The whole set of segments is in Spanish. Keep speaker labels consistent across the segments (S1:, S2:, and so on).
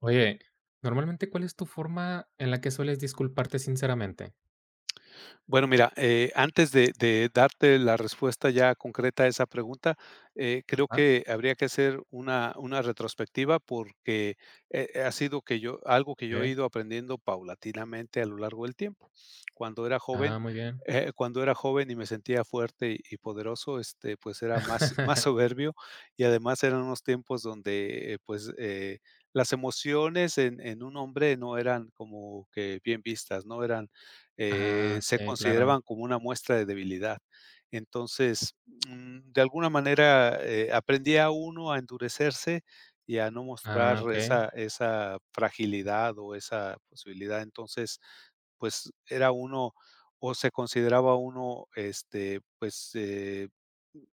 S1: Oye, normalmente, ¿cuál es tu forma en la que sueles disculparte sinceramente?
S2: Bueno, mira, antes de darte la respuesta ya concreta a esa pregunta, creo
S1: Ajá,
S2: que habría que hacer una retrospectiva porque ha sido que yo, algo que yo he
S1: okey.
S2: ido aprendiendo paulatinamente a lo largo del tiempo. Cuando era
S1: Ah,
S2: joven,
S1: muy bien.
S2: cuando era joven y me sentía fuerte y poderoso, este, pues era más, más soberbio y además eran unos tiempos donde pues las emociones en un hombre no eran como que bien vistas, no eran
S1: Ah,
S2: se
S1: sí, claro.
S2: consideraban como una muestra de debilidad. Entonces, de alguna manera, aprendía uno a endurecerse y a no mostrar
S1: Ah, okey,
S2: esa fragilidad o esa posibilidad. Entonces, pues, era uno o se consideraba uno, este, pues,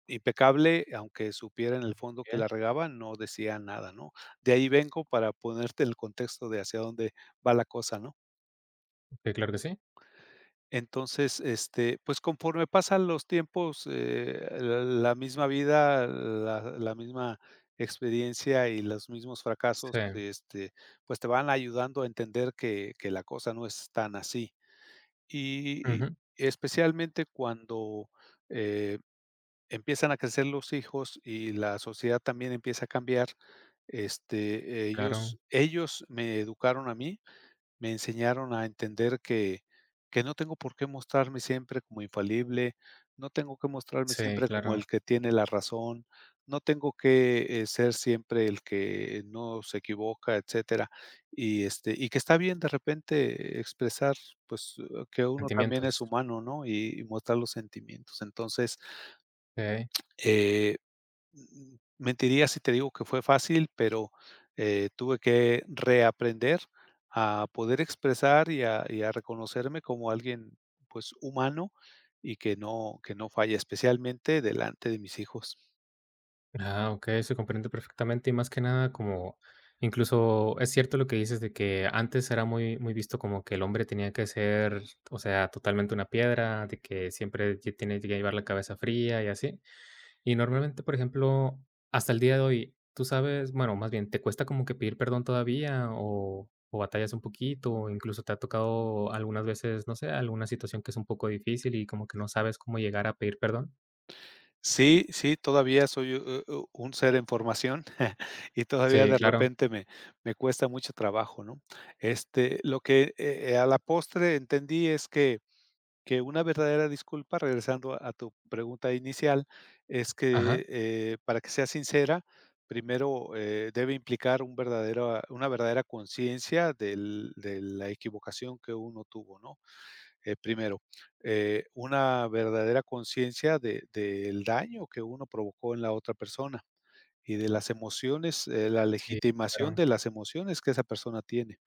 S2: impecable, aunque supiera en el fondo que
S1: bien.
S2: la regaba, no decía nada, ¿no? De ahí vengo para ponerte en el contexto de hacia dónde va la cosa, ¿no?
S1: Sí, claro que sí.
S2: Entonces, este, pues, conforme pasan los tiempos, la misma vida, la misma experiencia y los mismos fracasos,
S1: Sí.
S2: este, pues, te van ayudando a entender que la cosa no es tan así. Y
S1: Ujú,
S2: especialmente cuando, eh, empiezan a crecer los hijos y la sociedad también empieza a cambiar, este, ellos
S1: claro.
S2: ellos me educaron a mí, me enseñaron a entender que no tengo por qué mostrarme siempre como infalible, no tengo que mostrarme
S1: Sí,
S2: siempre como
S1: claro.
S2: el que tiene la razón, no tengo que, ser siempre el que no se equivoca, etcétera. Y, este, y que está bien de repente expresar, pues, que uno también es
S1: Sentimientos.
S2: humano, ¿no? Y mostrar los sentimientos. Entonces,
S1: Okey.
S2: eh, mentiría si te digo que fue fácil, pero, tuve que reaprender a poder expresar y a reconocerme como alguien, pues, humano y que no falla, especialmente delante de mis hijos.
S1: Ah, okey, se comprende perfectamente y más que nada como incluso es cierto lo que dices de que antes era muy muy visto como que el hombre tenía que ser, o sea, totalmente una piedra, de que siempre tiene que llevar la cabeza fría y así. Y normalmente, por ejemplo, hasta el día de hoy, tú sabes, bueno, más bien, ¿te cuesta como que pedir perdón todavía o batallas un poquito? O incluso te ha tocado algunas veces, no sé, alguna situación que es un poco difícil y como que no sabes cómo llegar a pedir perdón.
S2: Sí, sí, todavía soy, u un ser en formación. Y todavía
S1: Sí,
S2: de
S1: claro.
S2: repente me cuesta mucho trabajo, ¿no? Este, lo que, a la postre entendí es que una verdadera disculpa, regresando a tu pregunta inicial, es
S1: Ajá.
S2: que, para que sea sincera, primero, debe implicar un verdadera una verdadera conciencia del de la equivocación que uno tuvo, ¿no? Primero, una verdadera conciencia de del daño que uno provocó en la otra persona y de las emociones, la
S1: Sí,
S2: legitimación
S1: claro.
S2: de las emociones que esa persona tiene.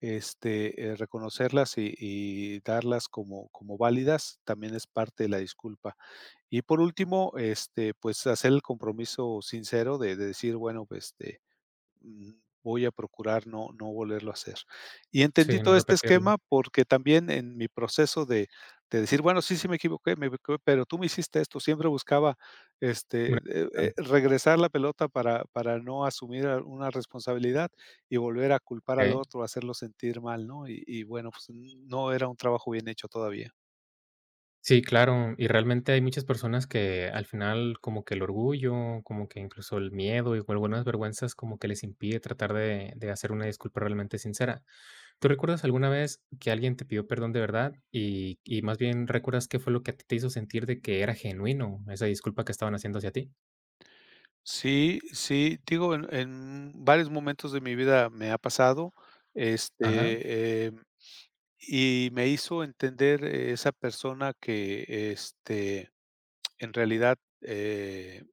S2: Este, reconocerlas y darlas como como válidas también es parte de la disculpa. Y por último, este, pues, hacer el compromiso sincero de decir, bueno, pues, este, mm, voy a procurar no volverlo a hacer. Y entendí
S1: Sí, no
S2: todo este
S1: repetirlo.
S2: esquema porque también en mi proceso de decir: "Bueno, sí, sí me equivoqué, pero tú me hiciste esto", siempre buscaba, este,
S1: Una- ah,
S2: regresar la pelota para no asumir a una responsabilidad y volver a culpar al
S1: ok.
S2: otro, hacerlo sentir mal, ¿no? Y bueno, pues no era un trabajo bien hecho todavía.
S1: Sí, claro. Y realmente hay muchas personas que al final como que el orgullo, como que incluso el miedo y algunas vergüenzas como que les impide tratar de hacer una disculpa realmente sincera. ¿Tú recuerdas alguna vez que alguien te pidió perdón de verdad y más bien recuerdas qué fue lo que a ti te hizo sentir de que era genuino esa disculpa que estaban haciendo hacia ti?
S2: Sí, sí, digo, en varios momentos de mi vida me ha pasado,
S1: Ajá,
S2: este, y me hizo entender, esa persona que, este, en realidad,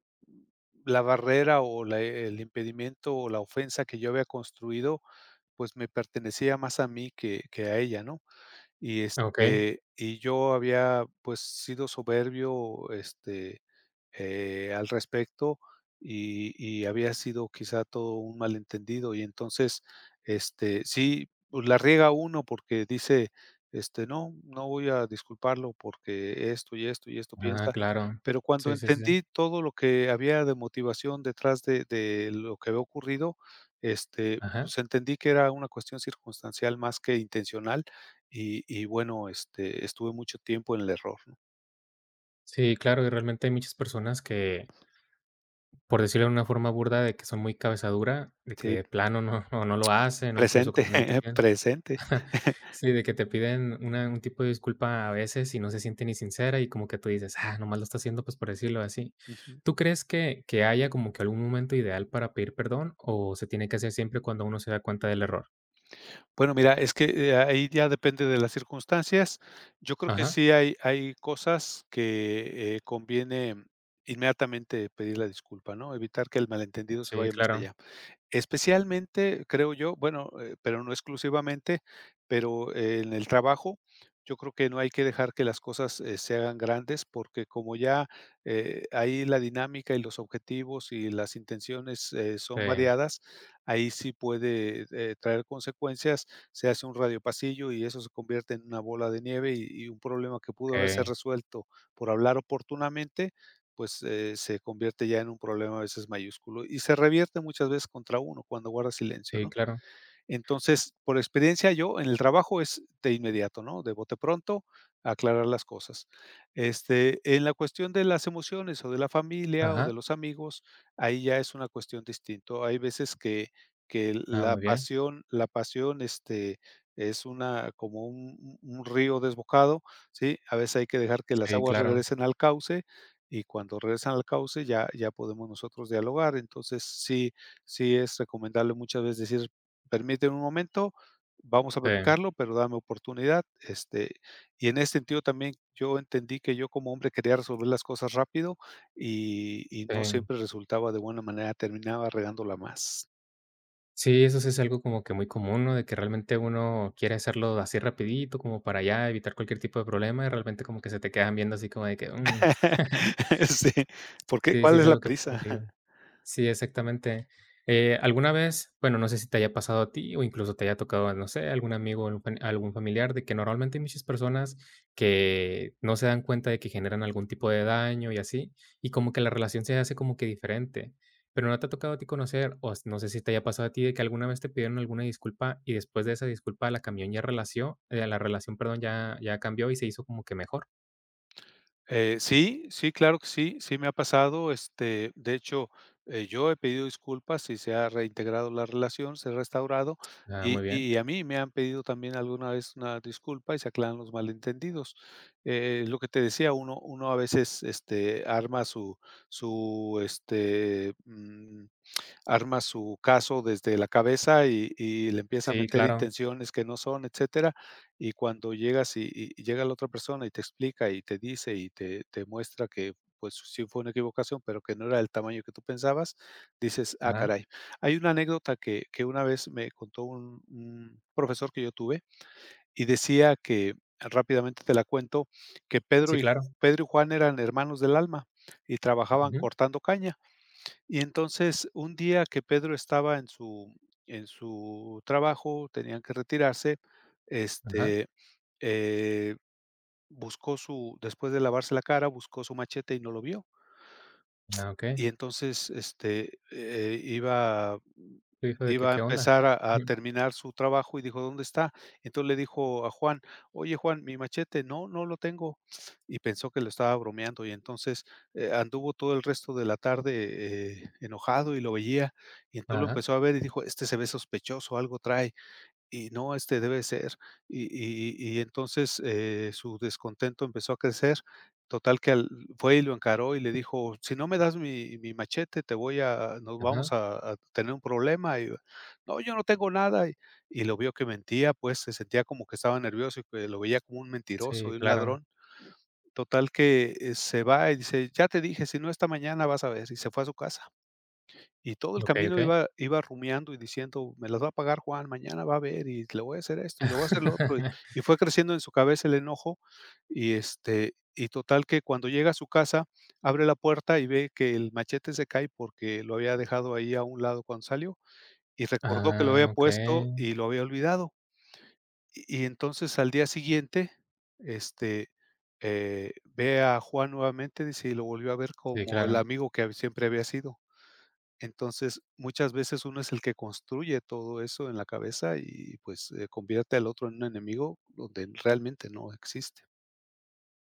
S2: la barrera o la el impedimento o la ofensa que yo había construido, pues, me pertenecía más a mí que a ella, ¿no? Y,
S1: ok.
S2: este, y yo había, pues, sido soberbio, este, al respecto y había sido quizá todo un malentendido. Y entonces, este, sí, pues, la riega uno porque dice, este: "No, no voy a disculparlo porque esto y esto y esto
S1: Ah,
S2: piensa".
S1: claro.
S2: Pero cuando
S1: Sí, sí, sí, sí.
S2: entendí todo lo que había de motivación detrás de lo que había ocurrido, este,
S1: Ajá.
S2: pues, entendí que era una cuestión circunstancial más que intencional y bueno, este, estuve mucho tiempo en el error, ¿no?
S1: Sí, claro, y realmente hay muchas personas que, por decirlo de una forma burda, de que son muy cabeza dura, de que
S2: Sí.
S1: de plano no no lo hacen, o incluso que
S2: Presente,
S1: también te piden
S2: presente.
S1: sí, de que te piden una un tipo de disculpa a veces y no se siente ni sincera, y como que tú dices: "Ah, nomás lo está haciendo, pues, por decirlo así".
S2: Ujú.
S1: ¿Tú crees que haya como que algún momento ideal para pedir perdón, o se tiene que hacer siempre cuando uno se da cuenta del error?
S2: Bueno, mira, es que, ahí ya depende de las circunstancias. Yo creo que
S1: Ajá.
S2: sí hay cosas que, conviene inmediatamente pedir la disculpa, ¿no? Evitar que el malentendido se
S1: Sí,
S2: vaya más
S1: claro.
S2: allá. Especialmente, creo yo, bueno, pero no exclusivamente, pero en el trabajo, yo creo que no hay que dejar que las cosas, se hagan grandes, porque como ya, ahí la dinámica y los objetivos y las intenciones,
S1: Sí,
S2: son variadas, ahí sí puede, traer consecuencias, se hace un radiopasillo y eso se convierte en una bola de nieve y un problema que pudo haberse
S1: okey.
S2: resuelto por hablar oportunamente, pues, se convierte ya en un problema a veces mayúsculo y se revierte muchas veces contra uno cuando guarda silencio,
S1: Sí,
S2: ¿no?
S1: claro.
S2: Entonces, por experiencia yo en el trabajo es de inmediato, ¿no? De bote pronto, aclarar las cosas. Este, en la cuestión de las emociones o de la familia o de
S1: Ajá.
S2: los amigos, ahí ya es una cuestión distinto. Hay veces que
S1: Ah, muy bien.
S2: la pasión, este, es una como un río desbocado, ¿sí? A veces hay que dejar que las
S1: Sí,
S2: aguas
S1: claro.
S2: regresen al cauce y cuando regresan al cauce ya, ya podemos nosotros dialogar. Entonces, sí, sí es recomendable muchas veces decir, permíteme un momento, vamos a
S1: Sí,
S2: platicarlo, pero dame oportunidad, este, y en ese sentido también yo entendí que yo como hombre quería resolver las cosas rápido y no
S1: sí.
S2: siempre resultaba de buena manera, terminaba regándola más.
S1: Sí, eso sí es algo como que muy común, ¿no? De que realmente uno quiere hacerlo así rapidito, como para ya evitar cualquier tipo de problema, y realmente como que se te quedan viendo así como de que,
S2: Sí, ¿por qué?
S1: Sí, sí,
S2: ¿Cuál
S1: es
S2: es la
S1: algo que pasa muy
S2: prisa?
S1: seguido. Sí, exactamente. ¿Alguna vez? Bueno, no sé si te haya pasado a ti o incluso te haya tocado, no sé, algún amigo, o algún fa algún familiar, de que normalmente hay muchas personas que no se dan cuenta de que generan algún tipo de daño y así, y como que la relación se hace como que diferente. Pero, ¿no te ha tocado a ti conocer, o no sé si te haya pasado a ti de que alguna vez te pidieron alguna disculpa y después de esa disculpa la camión ya relació la relación, perdón, ya cambió y se hizo como que mejor?
S2: Sí, sí, claro que sí, sí me ha pasado. Este, de hecho, yo he pedido disculpas y se ha reintegrado la relación, se ha restaurado,
S1: Ah, muy bien.
S2: y a mí me han pedido también alguna vez una disculpa y se aclaran los malentendidos. Lo que te decía, uno a veces este, arma su, su este, arma su caso desde la cabeza y le empieza a
S1: Sí,
S2: meter
S1: claro.
S2: intenciones que no son, etcétera. Y cuando llegas y llega la otra persona y te explica y te dice y te muestra que, pues, sí fue una equivocación, pero que no era del tamaño que tú pensabas, dices: "Ah,
S1: Ajá.
S2: caray". Hay una anécdota que una vez me contó un profesor que yo tuve y decía que, rápidamente te la cuento, que
S1: Sí, claro.
S2: Pedro y Juan eran hermanos del alma y trabajaban
S1: Ujú.
S2: cortando caña. Y entonces, un día que Pedro estaba en su trabajo, tenían que retirarse,
S1: Ajá.
S2: este, eh, buscó su, después de lavarse la cara, buscó su machete y no lo vio.
S1: Ah, okey.
S2: Y entonces, este,
S1: Tu hijo de que,
S2: iba a
S1: ¿qué onda?
S2: empezar a
S1: Ujú.
S2: terminar su trabajo y dijo: "¿Dónde está?". Entonces le dijo a Juan: "Oye, Juan, mi machete". "No, no lo tengo". Y pensó que lo estaba bromeando, y entonces, anduvo todo el resto de la tarde, enojado y lo veía, y entonces lo
S1: Ajá,
S2: empezó a ver y dijo: "Este se ve sospechoso, algo trae". Y no, este debe ser. Y entonces, su descontento empezó a crecer. Total que al Fue y lo encaró y le dijo: "Si no me das mi machete, te voy a nos
S1: ajá.
S2: vamos a tener un problema". Y: "No, yo no tengo nada". Y lo vio que mentía, pues, se sentía como que estaba nervioso y que lo veía como un mentiroso
S1: Sí,
S2: y un
S1: claro.
S2: ladrón. Total que, se va y dice: "Ya te dije, si no esta mañana vas a ver". Y se fue a su casa. Y todo el
S1: Okey,
S2: camino
S1: okey.
S2: iba rumiando y diciendo: "Me las va a pagar Juan, mañana va a ver, y le voy a hacer esto, y le voy a hacer lo otro", y fue creciendo en su cabeza el enojo, y, este, y total que cuando llega a su casa, abre la puerta y ve que el machete se cae porque lo había dejado ahí a un lado cuando salió, y recordó que lo había
S1: Ah,
S2: puesto
S1: okey.
S2: y lo había olvidado. Y entonces al día siguiente, este, ve a Juan nuevamente, dice, y lo volvió a ver
S1: Sí,
S2: como el
S1: claro.
S2: amigo que siempre había sido. Entonces, muchas veces uno es el que construye todo eso en la cabeza y, pues, convierte al otro en un enemigo donde realmente no existe.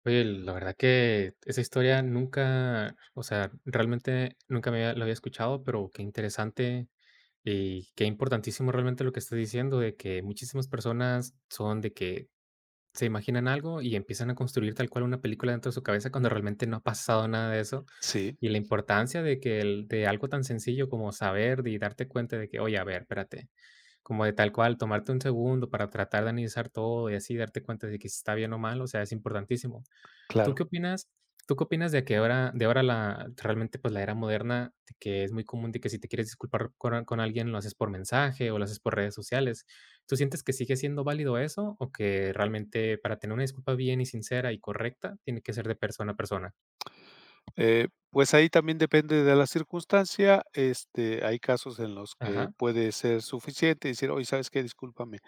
S1: Oye, la verdad que esa historia nunca, o sea, realmente nunca me había la había escuchado, pero qué interesante y qué importantísimo realmente lo que estás diciendo, de que muchísimas personas son de que se imaginan algo y empiezan a construir tal cual una película dentro de su cabeza cuando realmente no ha pasado nada de eso.
S2: Sí,
S1: Y la importancia de que el de algo tan sencillo como saber y darte cuenta de que, oye, a ver, espérate, como de tal cual, tomarte un segundo para tratar de analizar todo y así darte cuenta de que si está bien o mal, o sea, es importantísimo. ¿Tú
S2: claro.
S1: qué opinas ¿Tú qué opinas de que ahora la realmente, pues, la era moderna, de que es muy común de que si te quieres disculpar con con alguien, lo haces por mensaje o lo haces por redes sociales? ¿Tú sientes que sigue siendo válido eso o que realmente para tener una disculpa bien y sincera y correcta tiene que ser de persona a persona?
S2: Pues, ahí también depende de la circunstancia, este, hay casos en los que
S1: Ajá.
S2: puede ser suficiente decir: "Oye, ¿sabes qué? Discúlpame",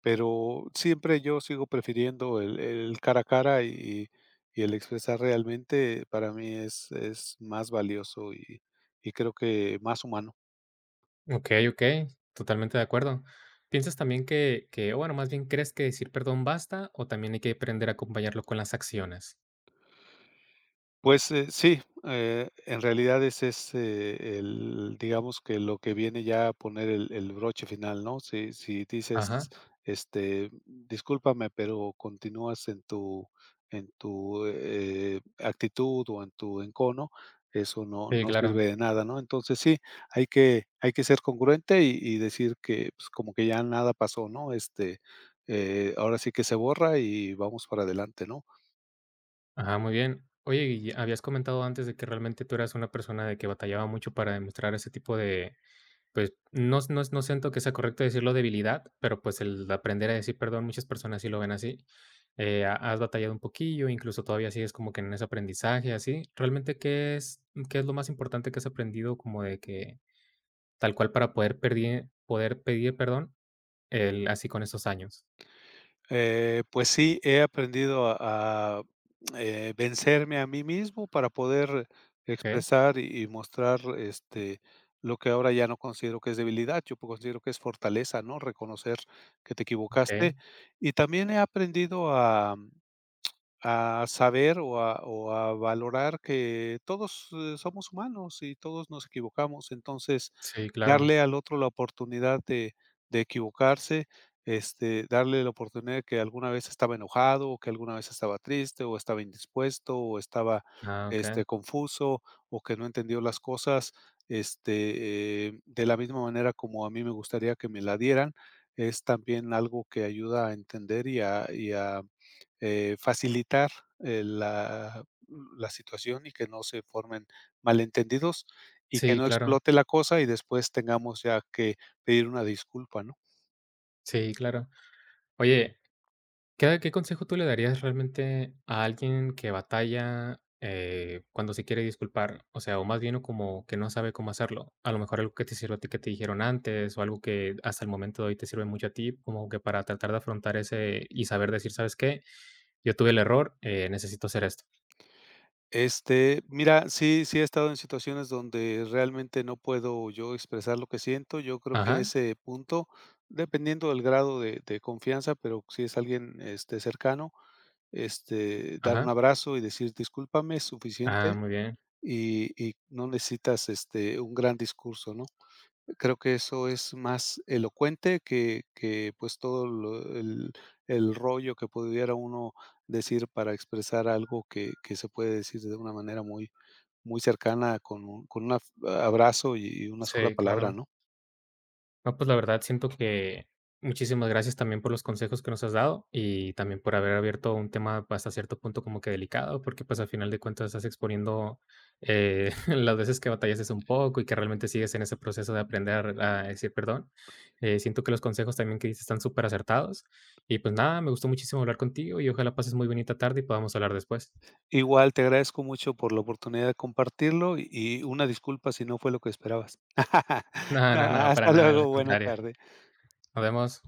S2: pero siempre yo sigo prefiriendo el cara a cara y el expresar realmente para mí es más valioso y creo que más humano.
S1: Okey, okey, totalmente de acuerdo. ¿Piensas también bueno, más bien crees que decir perdón basta o también hay que aprender a acompañarlo con las acciones?
S2: Pues, sí, en realidad ese es, el digamos que lo que viene ya a poner el broche final, ¿no? Si dices,
S1: Ajá.
S2: este: "Discúlpame, pero continúas en tu, actitud o en tu encono", eso
S1: Sí,
S2: no
S1: claro.
S2: sirve de nada, ¿no? Entonces sí, hay que ser congruente y decir que, pues, como que ya nada pasó, ¿no? Este, ahora sí que se borra y vamos para adelante, ¿no?
S1: Ajá, muy bien. Oye, y habías comentado antes de que realmente tú eras una persona de que batallaba mucho para demostrar ese tipo de, pues, no siento que sea correcto decirlo debilidad, pero pues el aprender a decir perdón, muchas personas sí lo ven así. Has batallado un poquillo, incluso todavía sigues como que en ese aprendizaje, así. ¿Realmente qué es lo más importante que has aprendido como de que tal cual para poder poder pedir perdón el, así con estos años?
S2: Pues sí, he aprendido a vencerme a mí mismo para poder
S1: Ok,
S2: expresar y mostrar, este, lo que ahora ya no considero que es debilidad, yo considero que es fortaleza, ¿no? Reconocer que te
S1: ok.
S2: equivocaste. Y también he aprendido a saber o a valorar que todos, somos humanos y todos nos equivocamos. Entonces,
S1: Sí, claro.
S2: darle al otro la oportunidad de equivocarse, este, darle la oportunidad de que alguna vez estaba enojado, o que alguna vez estaba triste, o estaba indispuesto, o estaba,
S1: Ah, ok.
S2: este, confuso, o que no entendió las cosas, este, de la misma manera como a mí me gustaría que me la dieran, es también algo que ayuda a entender y a facilitar eh, la, la situación y que no se formen malentendidos y que
S1: Sí,
S2: no
S1: claro.
S2: explote la cosa y después tengamos ya que pedir una disculpa, ¿no?
S1: Sí, claro. Oye, ¿qué consejo tú le darías realmente a alguien que batalla, cuando se quiere disculpar? O sea, o más bien, o como que no sabe cómo hacerlo. A lo mejor algo que te sirva a ti, que te dijeron antes, o algo que hasta el momento de hoy te sirve mucho a ti, como que para tratar de afrontar ese y saber decir: "¿Sabes qué? Yo tuve el error, necesito hacer esto".
S2: Este, mira, sí, sí he estado en situaciones donde realmente no puedo yo expresar lo que siento. Yo creo que en
S1: Ajá,
S2: ese punto, dependiendo del grado de confianza, pero si es alguien este, cercano, este, dar un
S1: ajá.
S2: abrazo y decir discúlpame es
S1: Ah,
S2: suficiente
S1: muy bien.
S2: y no necesitas este, un gran discurso, ¿no? Creo que eso es más elocuente que, pues, todo lo el rollo que pudiera uno decir para expresar algo que se puede decir de una manera muy cercana con un f abrazo y una sola
S1: Sí,
S2: palabra,
S1: claro.
S2: ¿no?
S1: No, pues la verdad siento que muchísimas gracias también por los consejos que nos has dado y también por haber abierto un tema hasta cierto punto como que delicado, porque pues al final de cuentas estás exponiendo las veces que batallaste un poco y que realmente sigues en ese proceso de aprender a decir perdón. Siento que los consejos también que dices están súper acertados y pues nada, me gustó muchísimo hablar contigo y ojalá pases muy bonita tarde y podamos hablar después.
S2: Igual te agradezco mucho por la oportunidad de compartirlo y una disculpa si no fue lo que esperabas.
S1: No,
S2: No,
S1: no, no, para
S2: hasta
S1: nada, en la
S2: luego, buena
S1: contraria.
S2: tarde.
S1: Nos vemos.